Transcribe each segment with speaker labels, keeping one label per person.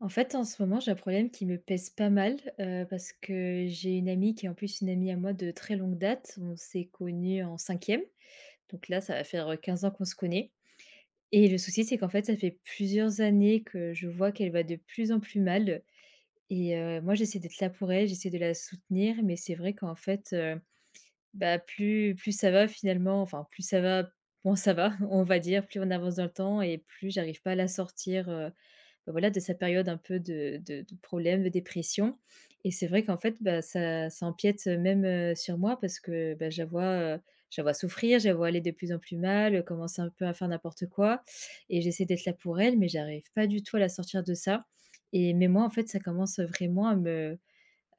Speaker 1: En fait, en ce moment, j'ai un problème qui me pèse pas mal, parce que j'ai une amie qui est en plus une amie à moi de très longue date. On s'est connus en cinquième, donc là, ça va faire, 15 ans qu'on se connaît et le souci, c'est qu'en fait, ça fait plusieurs années que je vois qu'elle va de plus en plus mal et moi, j'essaie d'être là pour elle, j'essaie de la soutenir, mais c'est vrai qu'en fait, bah, plus ça va finalement, enfin, plus ça va, moins ça va, on va dire, plus on avance dans le temps et plus j'arrive pas à la sortir, bah, voilà, de sa période un peu de problèmes, de dépression et c'est vrai qu'en fait, bah, ça empiète, même, sur moi parce que, bah, heu, je la vois souffrir, je la vois aller de plus en plus mal, commencer un peu à faire n'importe quoi et j'essaie d'être là pour elle mais j'arrive pas du tout à la sortir de ça et mais moi, en fait, ça commence, vraiment à me,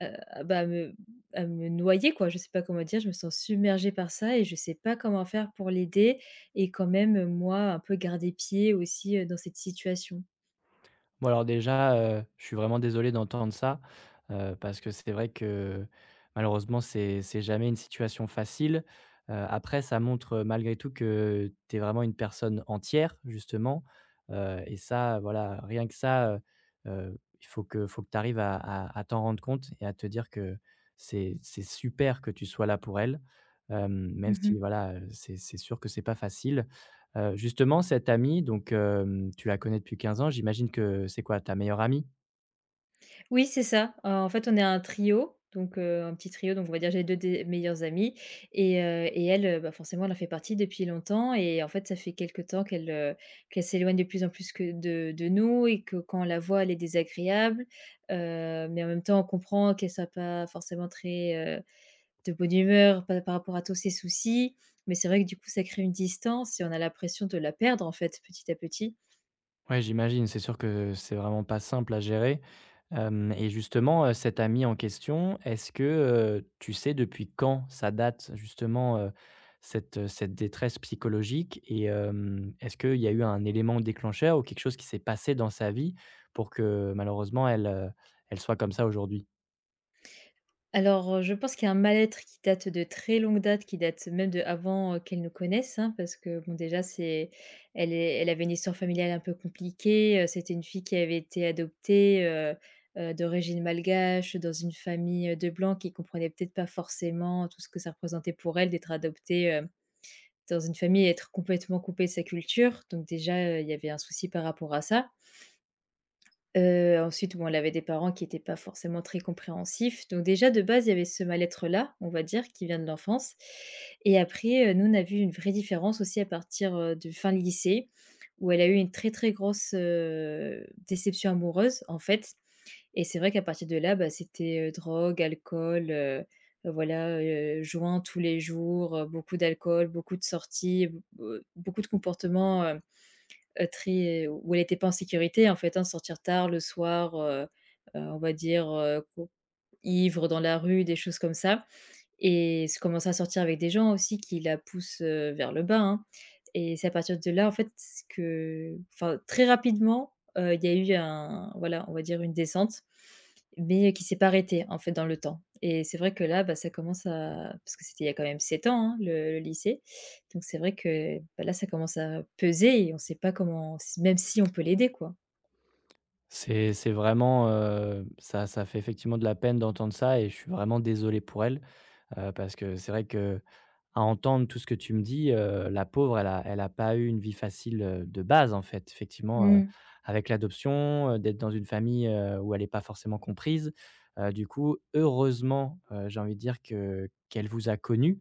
Speaker 1: heu, bah, à me noyer, quoi. Je sais pas comment dire, je me sens submergée par ça et je sais pas comment faire pour l'aider et quand même, moi, un peu garder pied aussi, dans cette situation.
Speaker 2: Bon alors déjà, je suis vraiment désolé d'entendre ça, parce que c'est vrai que malheureusement c'est jamais une situation facile. Après ça montre, malgré tout que tu es vraiment une personne entière justement, et ça voilà, rien que ça. Heu il faut que tu arrives à t'en rendre compte et à te dire que c'est super que tu sois là pour elle. Hem, même si
Speaker 1: Mmh.
Speaker 2: voilà, c'est sûr que c'est pas facile. Justement, cette amie, donc hem, tu la connais depuis 15 ans. J'imagine que c'est quoi, ta meilleure amie?
Speaker 1: Oui, c'est ça. En fait, on est un trio, donc un petit trio, donc on va dire j'ai 2 des meilleures amies et elle, bah, forcément, elle en fait partie depuis longtemps et en fait, ça fait quelque temps qu'elle s'éloigne de plus en plus que de nous et que quand on la voit, elle est désagréable, mais en même temps, on comprend qu'elle soit pas forcément très, de bonne humeur pa par rapport à tous ses soucis, mais c'est vrai que, du coup, ça crée une distance et on a l'impression de la perdre, en fait, petit à petit.
Speaker 2: Ouais, j'imagine, c'est sûr que c'est vraiment pas simple à gérer. Hem et justement, cette amie en question, est-ce que, tu sais depuis quand ça date justement, cette, cette détresse psychologique? Et hem, est-ce qu'il y a eu un élément déclencheur ou quelque chose qui s'est passé dans sa vie pour que malheureusement elle soit comme ça aujourd'hui?
Speaker 1: Alors, je pense qu'il y a un mal-être qui date de très longue date, qui date même d'avant, qu'elle nous connaisse, hein, parce que bon déjà c'est elle est elle avait une histoire familiale un peu compliquée, c'était une fille qui avait été adoptée, d'origine malgache, dans une famille, de blancs qui comprenait peut-être pas forcément tout ce que ça représentait pour elle d'être adoptée, dans une famille et être complètement coupée de sa culture. Donc déjà, il y avait un souci par rapport à ça. Ensuite, bon, elle avait des parents qui étaient pas forcément très compréhensifs. Donc déjà, de base, il y avait ce mal-être-là, on va dire, qui vient de l'enfance. Et après, nous, on a vu une vraie différence aussi à partir, de fin lycée, où elle a eu une très, très grosse, déception amoureuse, en fait. Et c'est vrai qu'à partir de là, bah, c'était, drogue, alcool, voilà, joint tous les jours, beaucoup d'alcool, beaucoup de sorties, b beaucoup de comportements, très où elle n'était pas en sécurité en fait, hein. Sortir tard le soir, on va dire, ivre dans la rue, des choses comme ça et se commencer à sortir avec des gens aussi qui la poussent, vers le bas, hein et c'est à partir de là, en fait, que enfin très rapidement, il y a eu un voilà, on va dire une descente, mais qui s'est pas arrêtée, en fait, dans le temps et c'est vrai que là, bah, ça commence à parce que c'était il y a quand même 7 ans, hein, le lycée, donc c'est vrai que, bah, là, ça commence à peser et on sait pas comment si, même si on peut l'aider, quoi.
Speaker 2: C'est vraiment, ça fait effectivement de la peine d'entendre ça, et je suis vraiment désolé pour elle. Parce que c'est vrai que, à entendre tout ce que tu me dis, la pauvre, elle a pas eu une vie facile, de base, en fait. Effectivement,
Speaker 1: Mmh.
Speaker 2: avec l'adoption, d'être dans une famille, où elle est pas forcément comprise. Du coup, heureusement, j'ai envie de dire que qu'elle vous a connu,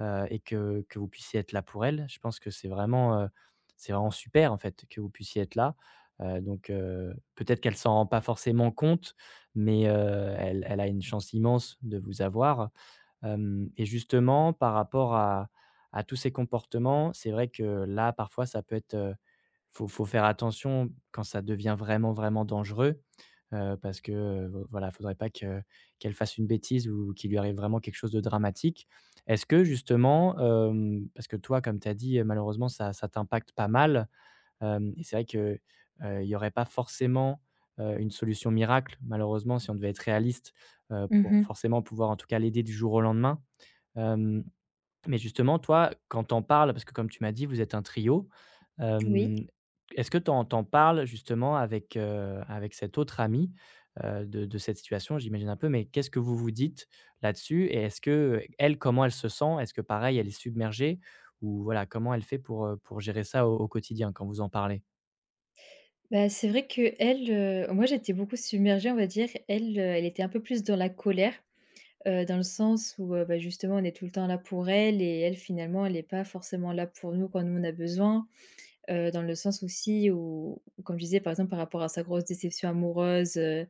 Speaker 2: et que vous puissiez être là pour elle. Je pense que c'est vraiment super, en fait, que vous puissiez être là. Donc, peut-être qu'elle s'en rend pas forcément compte, mais, elle a une chance immense de vous avoir. Hem, et justement, par rapport à tous ces comportements, c'est vrai que là, parfois, ça peut être, faut faire attention quand ça devient vraiment, vraiment dangereux, parce que, vo voilà, faudrait pas que qu'elle fasse une bêtise ou qu'il lui arrive vraiment quelque chose de dramatique. Est-ce que justement, hem, parce que toi, comme tu as dit, malheureusement, ça t'impacte pas mal, hem, et c'est vrai que, il y aurait pas forcément, une solution miracle, malheureusement, si on devait être réaliste, pour
Speaker 1: Mmh.
Speaker 2: forcément pouvoir, en tout cas, l'aider du jour au lendemain. Hem, mais justement, toi, quand t'en parles, parce que comme tu m'as dit, vous êtes un trio,
Speaker 1: Oui.
Speaker 2: hem, est-ce que t'en parles justement avec, avec cet autre ami, de cette situation? J'imagine un peu, mais qu'est-ce que vous vous dites là-dessus? Et est-ce que elle, comment elle se sent? Est-ce que pareil, elle est submergée? Ou voilà, comment elle fait pour gérer ça au quotidien quand vous en parlez?
Speaker 1: Bah, c'est vrai moi j'étais beaucoup submergée, on va dire. Elle était un peu plus dans la colère, dans le sens où, bah, justement, on est tout le temps là pour elle et elle, finalement, elle est pas forcément là pour nous quand nous on a besoin. Dans le sens aussi où, comme je disais, par exemple, par rapport à sa grosse déception amoureuse, heu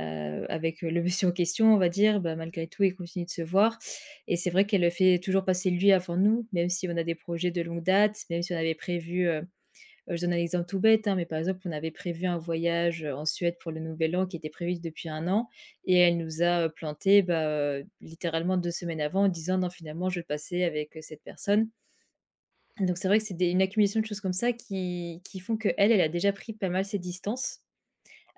Speaker 1: heu, avec, le monsieur en question, on va dire, bah, malgré tout, ils continuent de se voir et c'est vrai qu'elle fait toujours passer lui avant nous, même si on a des projets de longue date, même si on avait prévu, je donne un exemple tout bête, hein, mais par exemple, on avait prévu un voyage, en Suède pour le Nouvel An qui était prévu depuis un an et elle nous a, plantés, bah, littéralement 2 semaines avant en disant: «Non, finalement, je vais passer avec, cette personne». Donc c'est vrai que c'est des une accumulation de choses comme ça qui font que elle, elle a déjà pris pas mal ses distances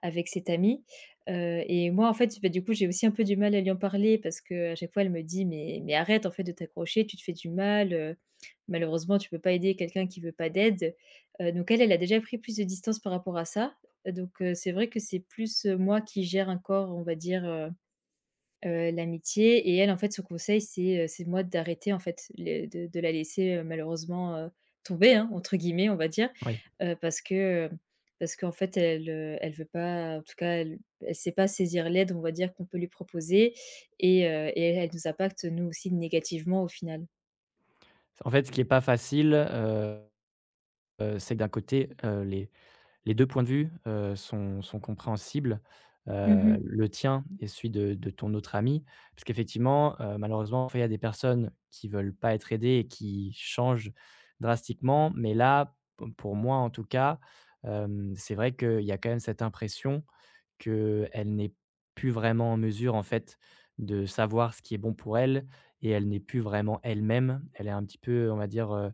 Speaker 1: avec cette amie, et moi, en fait, bah, du coup, j'ai aussi un peu du mal à lui en parler parce que à chaque fois, elle me dit: «Mais arrête, en fait, de t'accrocher, tu te fais du mal, malheureusement, tu peux pas aider quelqu'un qui veut pas d'aide». Donc elle a déjà pris plus de distance par rapport à ça. Donc, c'est vrai que c'est plus, moi qui gère encore, on va dire, l'amitié et elle, en fait, son conseil, c'est moi d'arrêter, en fait, les de la laisser, malheureusement, «tomber», hein, entre guillemets, on va dire,
Speaker 2: Oui.
Speaker 1: heu, parce que, hem, parce qu'en fait, elle veut pas en tout cas, elle sait pas saisir l'aide, on va dire, qu'on peut lui proposer et elle nous impacte, nous aussi, négativement, au final.
Speaker 2: En fait, ce qui est pas facile, c'est que d'un côté, les 2 points de vue, sont compréhensibles,
Speaker 1: Mmh.
Speaker 2: le tien et celui de ton autre ami. Parce qu'effectivement, malheureusement, il y a des personnes qui veulent pas être aidées et qui changent drastiquement. Mais là, p pour moi, en tout cas, hem, c'est vrai qu'il y a quand même cette impression qu'elle n'est plus vraiment en mesure, en fait, de savoir ce qui est bon pour elle, et elle n'est plus vraiment elle-même. Elle est un petit peu, on va dire,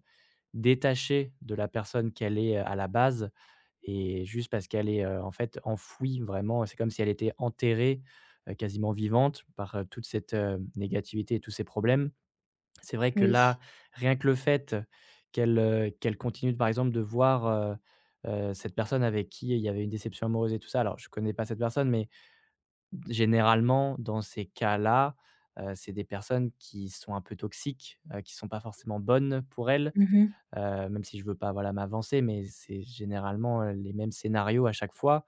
Speaker 2: détachée de la personne qu'elle est, à la base, et juste parce qu'elle est, en fait, enfouie vraiment. C'est comme si elle était enterrée, quasiment vivante par, toute cette, négativité et tous ces problèmes. C'est vrai que là,
Speaker 1: Oui.
Speaker 2: rien que le fait qu'elle, qu'elle continue, par exemple, de voir, cette personne avec qui il y avait une déception amoureuse et tout ça. Alors je connais pas cette personne, mais généralement, dans ces cas-là, c'est des personnes qui sont un peu toxiques, qui sont pas forcément bonnes pour elle.
Speaker 1: Mmh.
Speaker 2: Même si je veux pas, voilà, m'avancer, mais c'est généralement, les mêmes scénarios à chaque fois,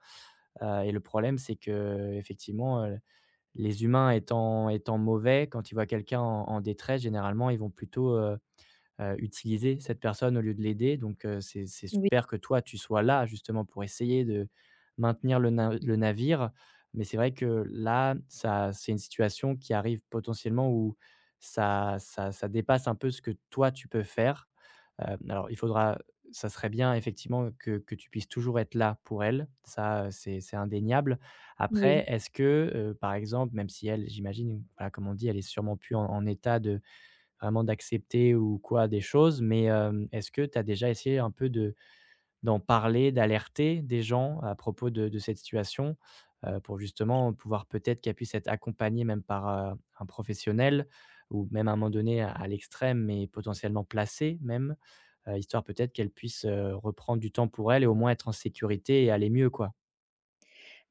Speaker 2: et le problème, c'est qu'effectivement, les humains étant mauvais, quand ils voient quelqu'un en détresse, généralement, ils vont plutôt, utiliser cette personne au lieu de l'aider. Donc, c'est
Speaker 1: Oui,
Speaker 2: super que toi, tu sois là justement pour essayer de maintenir le navire. Mais c'est vrai que là, ça, c'est une situation qui arrive potentiellement où ça dépasse un peu ce que toi, tu peux faire. Hem, alors il faudra ça serait bien effectivement que tu puisses toujours être là pour elle. Ça, c'est indéniable. Après,
Speaker 1: oui.
Speaker 2: est-ce que, par exemple, même si elle, j'imagine, voilà, comme on dit, elle est sûrement plus en état de vraiment d'accepter ou quoi des choses, mais, hem, est-ce que tu as déjà essayé un peu de d'en parler, d'alerter des gens à propos de cette situation? Pour justement pouvoir peut-être qu'elle puisse être accompagnée même par, un professionnel, ou même à un moment donné à l'extrême, mais potentiellement placée même, histoire peut-être qu'elle puisse, reprendre du temps pour elle et au moins être en sécurité et aller mieux, quoi?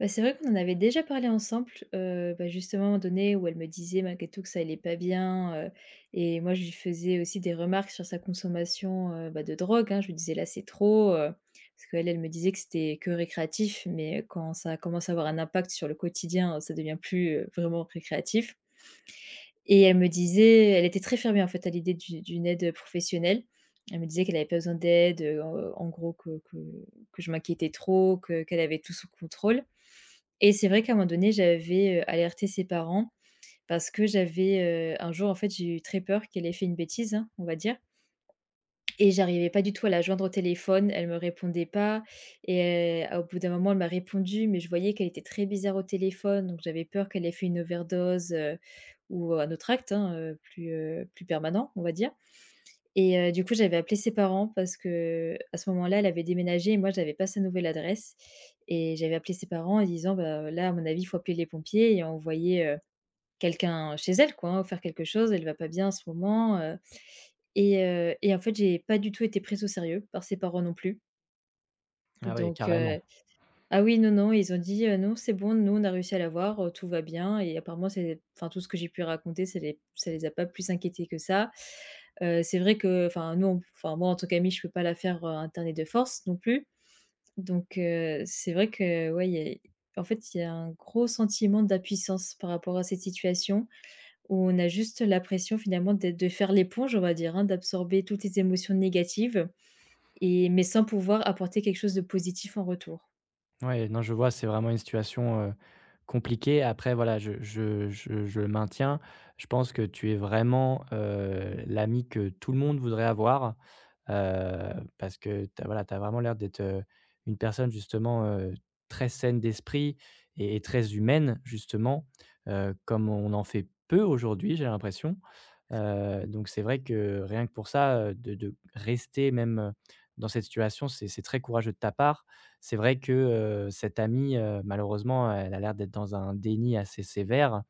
Speaker 1: Bah, c'est vrai qu'on en avait déjà parlé ensemble, bah, justement, à un moment donné où elle me disait malgré tout que ça allait pas bien, et moi je lui faisais aussi des remarques sur sa consommation, bah, de drogue, hein. Je lui disais: «Là, c'est trop», parce qu'elle, elle me disait que c'était que récréatif, mais quand ça commence à avoir un impact sur le quotidien, ça devient plus, vraiment récréatif et elle me disait elle était très fermée, en fait, à l'idée d'une aide professionnelle. Elle me disait qu'elle n'avait pas besoin d'aide, en gros que je m'inquiétais trop, que qu'elle avait tout sous contrôle et c'est vrai qu'à un moment donné, j'avais, alerté ses parents parce que j'avais, un jour, en fait, j'ai eu très peur qu'elle ait fait une bêtise, hein, on va dire et j'arrivais pas du tout à la joindre au téléphone. Elle me répondait pas et au bout d'un moment, elle m'a répondu, mais je voyais qu'elle était très bizarre au téléphone, donc j'avais peur qu'elle ait fait une overdose, ou un autre acte, hein, plus permanent, on va dire et du coup, j'avais appelé ses parents parce que à ce moment-là, elle avait déménagé et moi, j'avais pas sa nouvelle adresse et j'avais appelé ses parents en disant: «Bah, là, à mon avis, il faut appeler les pompiers et envoyer, quelqu'un chez elle, quoi, hein, faire quelque chose. Elle va pas bien en ce moment» et en fait, j'ai pas du tout été prise au sérieux par ses parents non plus
Speaker 2: Ah oui,
Speaker 1: donc
Speaker 2: carrément.
Speaker 1: ah oui, non, non, ils ont dit: Non, c'est bon, nous, on a réussi à l'avoir, tout va bien» et apparemment c'est enfin tout ce que j'ai pu raconter, ça les a pas plus inquiétés que ça. C'est vrai que enfin nous, on enfin moi en tant qu'amie, je peux pas la faire, interner de force non plus. Donc, c'est vrai que ouais, il y a un gros sentiment d'impuissance par rapport à cette situation où on a juste la pression finalement de faire l'éponge, on va dire, hein, d'absorber toutes les émotions négatives et mais sans pouvoir apporter quelque chose de positif en retour.
Speaker 2: Ouais, non, je vois, c'est vraiment une situation, compliquée. Après, voilà, je le maintiens. Je pense que tu es vraiment, l'ami que tout le monde voudrait avoir, heu, parce que tu as voilà, t'as vraiment l'air d'être, une personne justement, très saine d'esprit, et très humaine justement, comme on en fait peu aujourd'hui, j'ai l'impression. Donc c'est vrai que rien que pour ça, de rester même, dans cette situation, c'est très courageux de ta part. C'est vrai que, cette amie, malheureusement, elle a l'air d'être dans un déni assez sévère.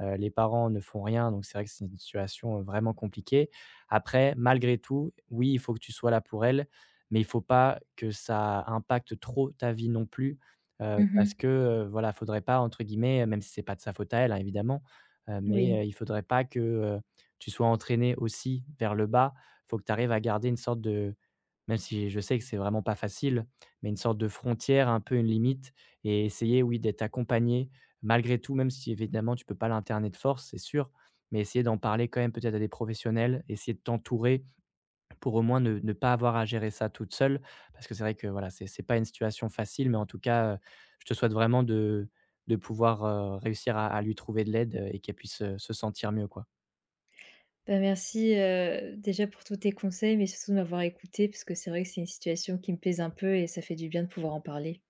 Speaker 2: Les parents ne font rien, donc c'est vrai que c'est une situation, vraiment compliquée. Après, malgré tout, oui, il faut que tu sois là pour elle, mais il faut pas que ça impacte trop ta vie non plus, parce
Speaker 1: Mmh.
Speaker 2: que, voilà, faudrait pas, entre guillemets, même si c'est pas de sa faute à elle, hein, évidemment, mais,
Speaker 1: Oui.
Speaker 2: il faudrait pas que, tu sois entraîné aussi vers le bas. Faut que tu arrives à garder une sorte de, même si je sais que c'est vraiment pas facile, mais une sorte de frontière, un peu une limite, et essayer, oui, d'être accompagné malgré tout, même si évidemment tu peux pas l'interner de force, c'est sûr, mais essayer d'en parler quand même peut-être à des professionnels, essayer de t'entourer pour au moins ne pas avoir à gérer ça toute seule, parce que c'est vrai que voilà, c'est pas une situation facile, mais en tout cas, je te souhaite vraiment de pouvoir réussir à lui trouver de l'aide et qu'elle puisse se sentir mieux, quoi.
Speaker 1: Bah, merci, déjà pour tous tes conseils, mais surtout de m'avoir écoutée parce que c'est vrai que c'est une situation qui me pèse un peu et ça fait du bien de pouvoir en parler.